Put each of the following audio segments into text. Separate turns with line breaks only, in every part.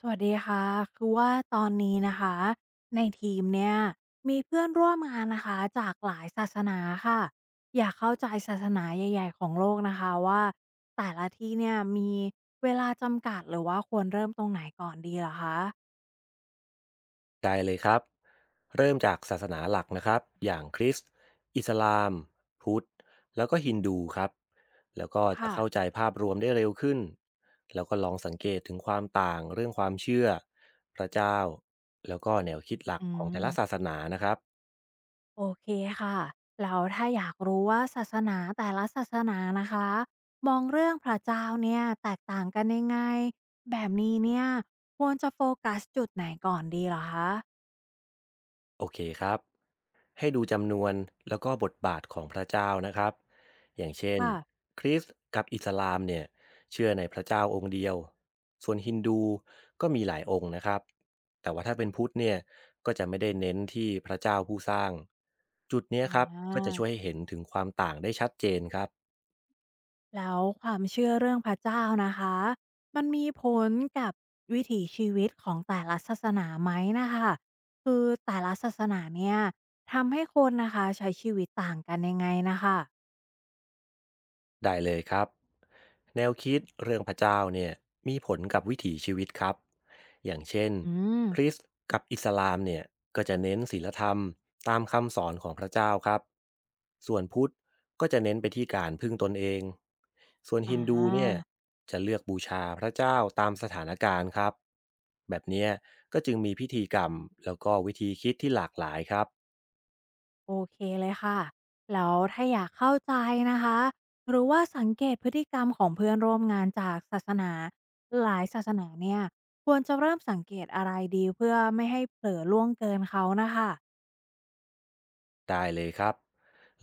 สวัสดีค่ะคือว่าตอนนี้นะคะในทีมเนี่ยมีเพื่อนร่วมงานนะคะจากหลายศาสนาค่ะอยากเข้าใจศาสนาใหญ่ๆของโลกนะคะว่าแต่ละที่เนี่ยมีเวลาจำกัดหรือว่าควรเริ่มตรงไหนก่อนดีเหรอคะ
ได้เลยครับเริ่มจากศาสนาหลักนะครับอย่างคริสต์อิสลามพุทธแล้วก็ฮินดูครับแล้วก็จะ
ค่ะ
เข้าใจภาพรวมได้เร็วขึ้นแล้วก็ลองสังเกตถึงความต่างเรื่องความเชื่อพระเจ้าแล้วก็แนวคิดหลัก
อื
ของแต่ละศาส
ม
นานะครับ
โอเคค่ะแล้วถ้าอยากรู้ว่าศาสนาแต่ละศาสนานะคะมองเรื่องพระเจ้าเนี่ยแตกต่างกันยังไงแบบนี้เนี่ยควรจะโฟกัสจุดไหนก่อนดีเหรอคะ
โอเคครับ ให้ดูจำนวนแล้วก็บทบาทของพระเจ้านะครับอย่างเช่น
ค่ะ
คริสต์กับอิสลามเนี่ยเชื่อในพระเจ้าองค์เดียวส่วนฮินดูก็มีหลายองค์นะครับแต่ว่าถ้าเป็นพุทธเนี่ยก็จะไม่ได้เน้นที่พระเจ้าผู้สร้างจุดเนี้ย
อา
ครับก็จะช่วยให้เห็นถึงความต่างได้ชัดเจนครับ
แล้วความเชื่อเรื่องพระเจ้านะคะมันมีผลกับวิถีชีวิตของแต่ละศาสนาไหมนะคะคือแต่ละศาสนาเนี่ยทำให้คนนะคะใช้ชีวิตต่างกันยังไงนะคะ
ได้เลยครับแนวคิดเรื่องพระเจ้าเนี่ยมีผลกับวิถีชีวิตครับอย่างเช่น
อืม
คริสต์กับอิสลามเนี่ยก็จะเน้นศีลธรรมตามคำสอนของพระเจ้าครับส่วนพุทธก็จะเน้นไปที่การพึ่งตนเองส่วน
อ่า
ฮินดูเนี่ยจะเลือกบูชาพระเจ้าตามสถานการณ์ครับแบบเนี้ยก็จึงมีพิธีกรรมแล้วก็วิธีคิดที่หลากหลายครับ
โอเคเลยค่ะ แล้วถ้าอยากเข้าใจนะคะ หรือว่าสังเกตพฤติกรรมของเพื่อนร่วมงานจากศาสนาหลายศาสนาเนี่ยควรจะเริ่มสังเกตอะไรดีเพื่อไม่ให้เผลอล่วงเกินเขานะคะ
ได้เลยครับ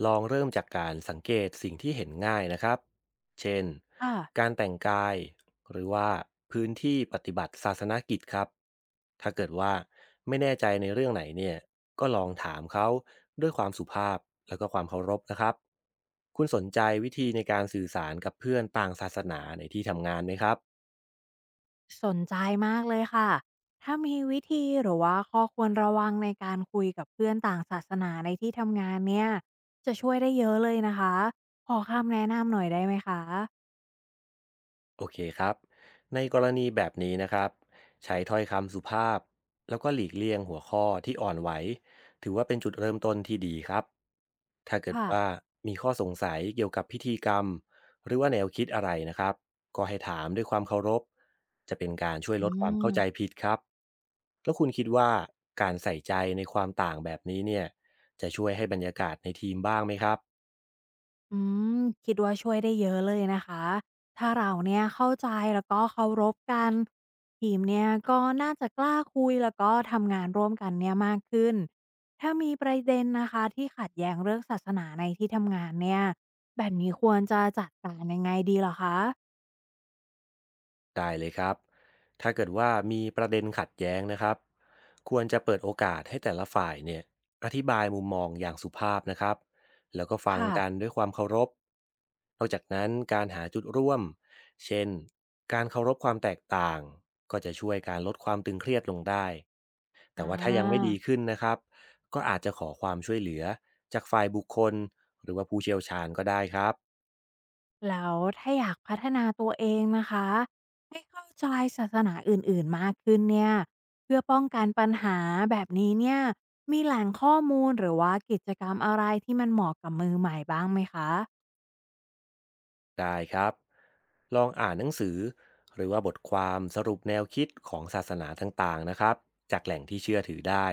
ลองเริ่มจากการสังเกตสิ่งที่เห็นง่ายนะครับเช่น
ค่ะ
การแต่งกายหรือว่าพื้นที่ปฏิบัติศาสนกิจครับถ้าเกิดว่าไม่แน่ใจในเรื่องไหนเนี่ยก็ลองถามเขาด้วยความสุภาพแล้วก็ความเคารพนะครับคุณสนใจวิธีในการสื่อสารกับเพื่อนต่างศาสนาในที่ทำงานไหมครับ
สนใจมากเลยค่ะถ้ามีวิธีหรือว่าข้อควรระวังในการคุยกับเพื่อนต่างศาสนาในที่ทำงานเนี่ยจะช่วยได้เยอะเลยนะคะขอคำแนะนำหน่อยได้ไหมคะ
โอเคครับในกรณีแบบนี้นะครับใช้ถ้อยคำสุภาพแล้วก็หลีกเลี่ยงหัวข้อที่อ่อนไหวถือว่าเป็นจุดเริ่มต้นที่ดีครับถ้าเกิด
ค่ะ
ว่ามีข้อสงสัยเกี่ยวกับพิธีกรรมหรือว่าแนวคิดอะไรนะครับก็ให้ถามด้วยความเคารพจะเป็นการช่วย
อื
ลดความเข้าใจ
ม
ผิดครับแล้วคุณคิดว่าการใส่ใจในความต่างแบบนี้เนี่ยจะช่วยให้บรรยากาศในทีมบ้างไหมครับ
อืมคิดว่าช่วยได้เยอะเลยนะคะ ถ้าเราเนี่ยเข้าใจแล้วก็เคารพกันทีมเนี่ยก็น่าจะกล้าคุยแล้วก็ทำงานร่วมกันเนี่ยมากขึ้น ถ้ามีประเด็นนะคะที่ขัดแย้งเรื่องศาสนาในที่ทำงานเนี่ยแบบนี้ควรจะจัดการยังไงดีเหรอคะ
ได้เลยครับ ถ้าเกิดว่ามีประเด็นขัดแย้งนะครับควรจะเปิดโอกาสให้แต่ละฝ่ายเนี่ยอธิบายมุมมองอย่างสุภาพนะครับแล้วก็ฟัง
ค่ะ
กันด้วยความเคารพนอกจากนั้นการหาจุดร่วม เช่นการเคารพความแตกต่าง ก็จะช่วยการลดความตึงเครียดลงได้แต่
อ่
ว่าถ้ายังไม่ดี
า
ขึ้นนะครับก็อาจจะขอความช่วยเหลือจากฝ่ายบุคคลหรือว่าผู้เชี่ยวชาญก็ได้ครับ
แล้วถ้าอยากพัฒนาตัวเองนะคะให้เข้าใจศาสนาอื่นๆมากขึ้นเนี่ยเพื่อป้องกันปัญหาแบบนี้เนี่ยมีแหล่งข้อมูลหรือว่ากิจกรรมอะไรที่มันเหมาะกับมือใหม่บ้างไหมคะ
ได้ครับลองอ่านหนังสือหรือว่าบทความสรุปแนวคิดของศาสนาต่างๆนะครับจากแหล่งที่เชื่อถือได้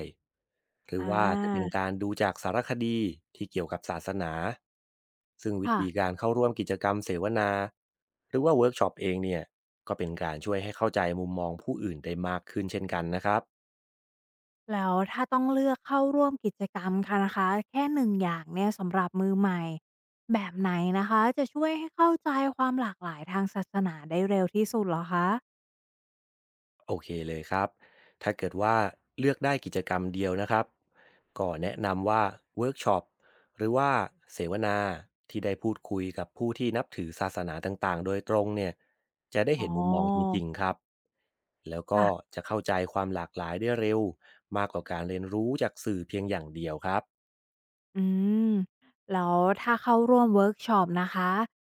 หรือ
อ่
ว่าจะเป็นกา
า
รดูจากสารคดีที่เกี่ยวกับศาสนาซึ่งวิ
ค่ะ
ธีการเข้าร่วมกิจกรรมเสวนาหรือว่าเวิร์กช็อปเองเนี่ยก็เป็นการช่วยให้เข้าใจมุมมองผู้อื่นได้มากขึ้นเช่นกันนะครับ
แล้วถ้าต้องเลือกเข้าร่วมกิจกรรมค่ะนะคะแค่หนึ่งอย่างเนี่ยสำหรับมือใหม่แบบไหนนะคะจะช่วยให้เข้าใจความหลากหลายทางศาสนาได้เร็วที่สุดเหรอคะ
โอเคเลยครับ ถ้าเกิดว่าเลือกได้กิจกรรมเดียวนะครับ ก็แนะนำว่าเวิร์กช็อปหรือว่าเสวนาที่ได้พูดคุยกับผู้ที่นับถือศาสนาต่างๆโดยตรงเนี่ยจะได้
อ๋อ
เห็นมุมมองจริงๆครับแล้วก็
ค่ะ
จะเข้าใจความหลากหลายได้เร็วมากกว่าการเรียนรู้จากสื่อเพียงอย่างเดียวครับ
อืมแล้วถ้าเข้าร่วมเวิร์กช็อปนะคะ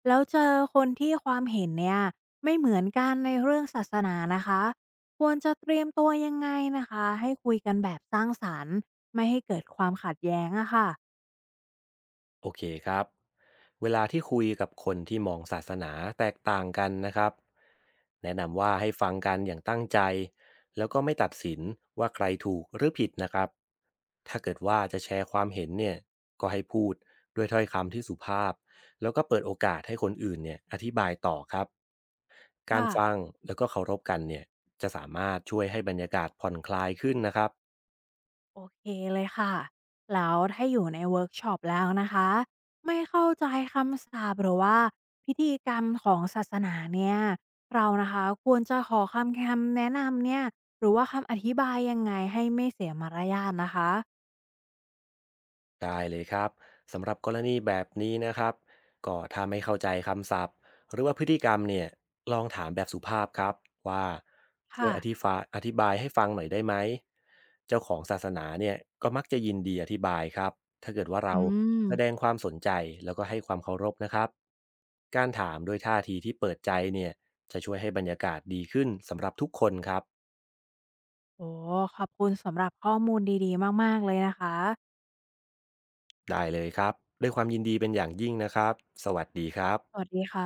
แล้วเจอคนที่ความเห็นเนี่ยไม่เหมือนกันในเรื่องศาสนานะคะควรจะเตรียมตัวยังไงนะคะให้คุยกันแบบสร้างสรรค์ไม่ให้เกิดความขัดแย้งอะค่ะ
โอเคครับเวลาที่คุยกับคนที่มองศาสนาแตกต่างกันนะครับแนะนำว่าให้ฟังกันอย่างตั้งใจแล้วก็ไม่ตัดสินว่าใครถูกหรือผิดนะครับถ้าเกิดว่าจะแชร์ความเห็นเนี่ยก็ให้พูดด้วยถ้อยคำที่สุภาพแล้วก็เปิดโอกาสให้คนอื่นเนี่ยอธิบายต่อครับการ
ค่ะ
ฟังแล้วก็เคารพกันเนี่ยจะสามารถช่วยให้บรรยากาศผ่อนคลายขึ้นนะครับ
โอเคเลยค่ะแล้วถ้าอยู่ในเวิร์กช็อปแล้วนะคะ ไม่เข้าใจคำสาปหรือว่าพิธีกรรมของศาสนาเนี่ย เรานะคะควรจะขอคำแนะนำเนี่ยหรือว่าคำอธิบายยังไงให้ไม่เสียมารยาทนะคะ
ได้เลยครับสำหรับกรณีแบบนี้นะครับก็ถ้าไม่เข้าใจคำศัพท์หรือว่าพฤติกรรมเนี่ยลองถามแบบสุภาพครับว่าช่วย
ค่ะ
อธิบายให้ฟังหน่อยได้ไหมเจ้าของศาสนาเนี่ยก็มักจะยินดีอธิบายครับถ้าเกิดว่าเรา
อืม
แสดงความสนใจแล้วก็ให้ความเคารพนะครับการถามด้วยท่าทีที่เปิดใจเนี่ยจะช่วยให้บรรยากาศดีขึ้นสำหรับทุกคนครับ
โอ้ขอบคุณสำหรับข้อมูลดีๆ มากๆ เลยนะคะ
ได้เลยครับด้วยความยินดีเป็นอย่างยิ่งนะครับสวัสดีครับ
สวัสดีค่ะ